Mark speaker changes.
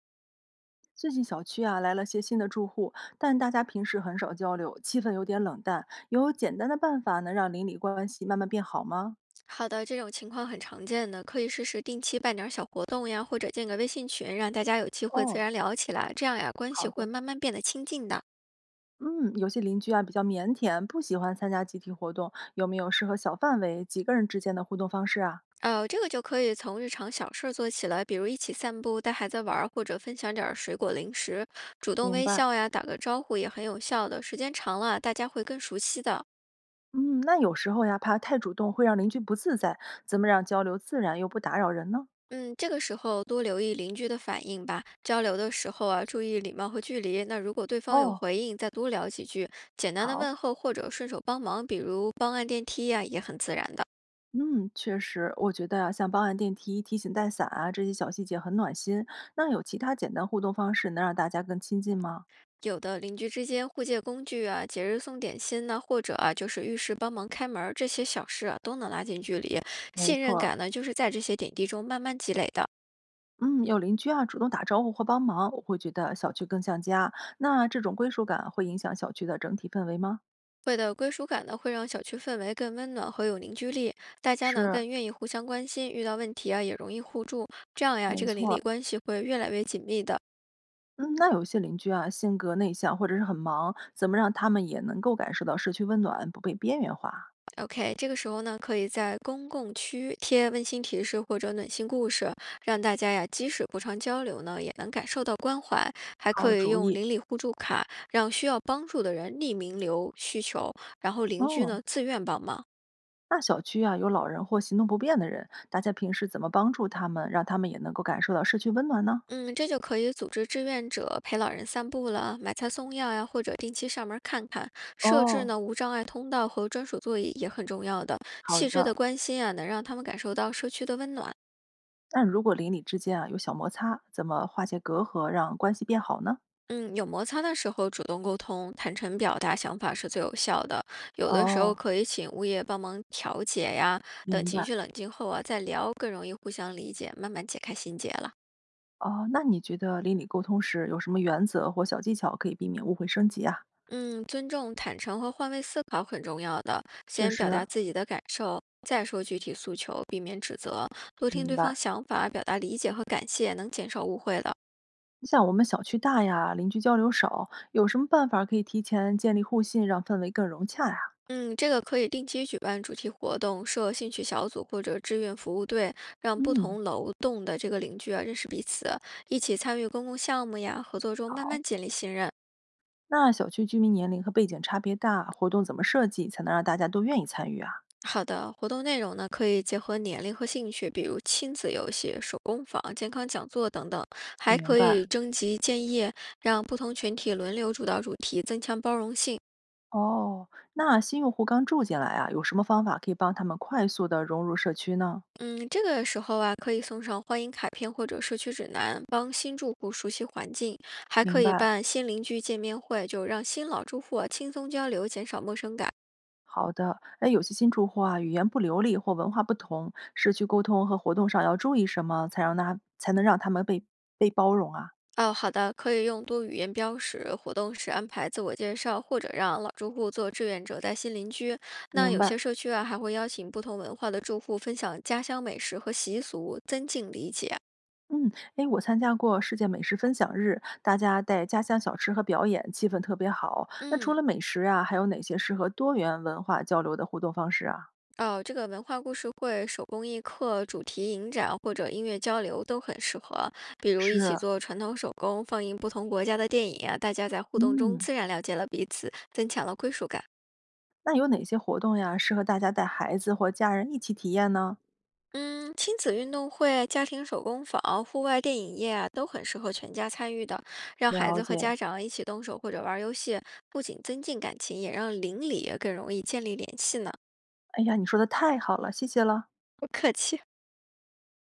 Speaker 1: 最近小区啊来了些新的住户，但大家平时很少交流，气氛有点冷淡。有简单的办法能让邻里关系慢慢变好吗？
Speaker 2: 好的，这种情况很常见的，可以试试定期办点儿小活动呀，或者建个微信群，让大家有机会自
Speaker 1: 哦，
Speaker 2: 然聊起来，这样呀，关系
Speaker 1: 好
Speaker 2: 会
Speaker 1: 的。
Speaker 2: 慢慢变得亲近的。
Speaker 1: 嗯，有些邻居啊比较腼腆，不喜欢参加集体活动，有没有适合小范围几个人之间的互动方式啊？
Speaker 2: 这个就可以从日常小事儿做起来，比如一起散步、带孩子玩儿，或者分享点儿水果零食，主动
Speaker 1: 明
Speaker 2: 微
Speaker 1: 白。
Speaker 2: 笑呀，打个招呼也很有效的。时间长了，大家会更熟悉的。
Speaker 1: 嗯，那有时候呀，怕太主动会让邻居不自在，怎么让交流自然又不打扰人呢？
Speaker 2: 嗯，这个时候多留意邻居的反应吧。交流的时候啊，注意礼貌和距离。那如果对方有
Speaker 1: 哦，
Speaker 2: 回应，再多聊几句，简单的
Speaker 1: 好。
Speaker 2: 问候或者顺手帮忙，比如帮按电梯呀、也很自然的。
Speaker 1: 嗯，确实，我觉得啊，像帮按电梯、提醒带伞啊这些小细节很暖心。那有其他简单互动方式能让大家更亲近吗？
Speaker 2: 有的邻居之间互借工具啊，节日送点心呐、或者啊就是遇事帮忙开门儿，这些小事啊都能拉近距离。
Speaker 1: 没
Speaker 2: 信
Speaker 1: 错
Speaker 2: 任
Speaker 1: 儿，
Speaker 2: 感呢，就是在这些点滴中慢慢积累的。
Speaker 1: 嗯，有邻居啊主动打招呼或帮忙，我会觉得小区更像家。那这种归属感会影响小区的整体氛围吗？
Speaker 2: 会的归属感呢，会让小区氛围更温暖和有凝聚力，大家呢
Speaker 1: 是，
Speaker 2: 更愿意互相关心，遇到问题啊也容易互助，这样呀，
Speaker 1: 没
Speaker 2: 这个邻
Speaker 1: 错
Speaker 2: 里
Speaker 1: 儿。
Speaker 2: 关系会越来越紧密的。
Speaker 1: 嗯，那有些邻居啊性格内向或者是很忙，怎么让他们也能够感受到社区温暖，不被边缘化？
Speaker 2: OK，这个时候呢，可以在公共区贴温馨提示或者暖心故事，让大家呀即使不常交流呢，也能感受到关怀。还
Speaker 1: 好
Speaker 2: 可以
Speaker 1: 主
Speaker 2: 用
Speaker 1: 意。
Speaker 2: 邻里互助卡，让需要帮助的人匿名留需求，然后邻居
Speaker 1: 嗯。
Speaker 2: 呢自愿帮忙。
Speaker 1: 那小区啊，有老人或行动不便的人，大家平时怎么帮助他们，让他们也能够感受到社区温暖呢？
Speaker 2: 嗯，这就可以组织志愿者陪老人散步了，买菜送药呀，或者定期上门看看。设置
Speaker 1: 哦，
Speaker 2: 呢无障碍通道和专属座椅也很重要的，
Speaker 1: 好
Speaker 2: 细致
Speaker 1: 的，
Speaker 2: 的关心啊，能让他们感受到社区的温暖。
Speaker 1: 那如果邻里之间啊有小摩擦，怎么化解隔阂，让关系变好呢？
Speaker 2: 嗯，有摩擦的时候主动沟通，坦诚表达想法是最有效的。有的时候
Speaker 1: 哦，
Speaker 2: 可以请物业帮忙调解呀，等
Speaker 1: 明
Speaker 2: 情
Speaker 1: 白
Speaker 2: 绪冷静后啊再聊，更容易互相理解，慢慢解开心结了。
Speaker 1: 哦，那你觉得邻里沟通时有什么原则或小技巧可以避免误会升级啊？
Speaker 2: 嗯，尊重、坦诚和换位思考很重要的。
Speaker 1: 确
Speaker 2: 先表
Speaker 1: 实，
Speaker 2: 达自己的感受，再说具体诉求，避免指责，多听
Speaker 1: 明
Speaker 2: 对方
Speaker 1: 白。
Speaker 2: 想法，表达理解和感谢，能减少误会的。
Speaker 1: 你像我们小区大呀，邻居交流少，有什么办法可以提前建立互信，让氛围更融洽呀？
Speaker 2: 嗯，这个可以定期举办主题活动，设兴趣小组或者志愿服务队，让不
Speaker 1: 嗯，
Speaker 2: 同楼栋的这个邻居啊认识彼此，一起参与公共项目呀，合作中慢
Speaker 1: 好。
Speaker 2: 慢建立信任。
Speaker 1: 那小区居民年龄和背景差别大，活动怎么设计才能让大家都愿意参与啊？
Speaker 2: 好的，活动内容呢可以结合年龄和兴趣，比如亲子游戏、手工坊、健康讲座等等，还
Speaker 1: 明
Speaker 2: 可
Speaker 1: 白。
Speaker 2: 以征集建议，让不同群体轮流主导主题，增强包容性。
Speaker 1: 哦，那新用户刚住进来啊，有什么方法可以帮他们快速的融入社区呢？
Speaker 2: 嗯，这个时候啊，可以送上欢迎卡片或者社区指南，帮新住户熟悉环境，还
Speaker 1: 明
Speaker 2: 可以
Speaker 1: 白，
Speaker 2: 办新邻居见面会，就让新老住户啊轻松交流，减少陌生感。
Speaker 1: 好的，哎，有些新住户啊，语言不流利或文化不同，社区沟通和活动上要注意什么，才能让他们被包容啊？
Speaker 2: 哦，好的，可以用多语言标识，活动时安排自我介绍，或者让老住户做志愿者带新邻居。那
Speaker 1: 明
Speaker 2: 有
Speaker 1: 白。
Speaker 2: 些社区啊，还会邀请不同文化的住户分享家乡美食和习俗，增进理解。
Speaker 1: 嗯，诶，我参加过世界美食分享日，大家带家乡小吃和表演，气氛特别好。那除
Speaker 2: 嗯，
Speaker 1: 了美食啊，还有哪些适合多元文化交流的互动方式啊？
Speaker 2: 哦，这个文化故事会、手工艺课、主题影展或者音乐交流都很适合。比如一起
Speaker 1: 是，
Speaker 2: 做传统手工，放映不同国家的电影啊，大家在互动中
Speaker 1: 嗯，
Speaker 2: 自然了解了彼此，增强了归属感。
Speaker 1: 那有哪些活动呀，适合大家带孩子或家人一起体验呢？
Speaker 2: 嗯，亲子运动会、家庭手工坊、户外电影夜啊，都很适合全家参与的。让孩
Speaker 1: 了
Speaker 2: 子和家
Speaker 1: 解。
Speaker 2: 长一起动手或者玩儿游戏，不仅增进感情，也让邻里也更容易建立联系呢。
Speaker 1: 哎呀，你说的太好了，谢谢了。
Speaker 2: 不客气。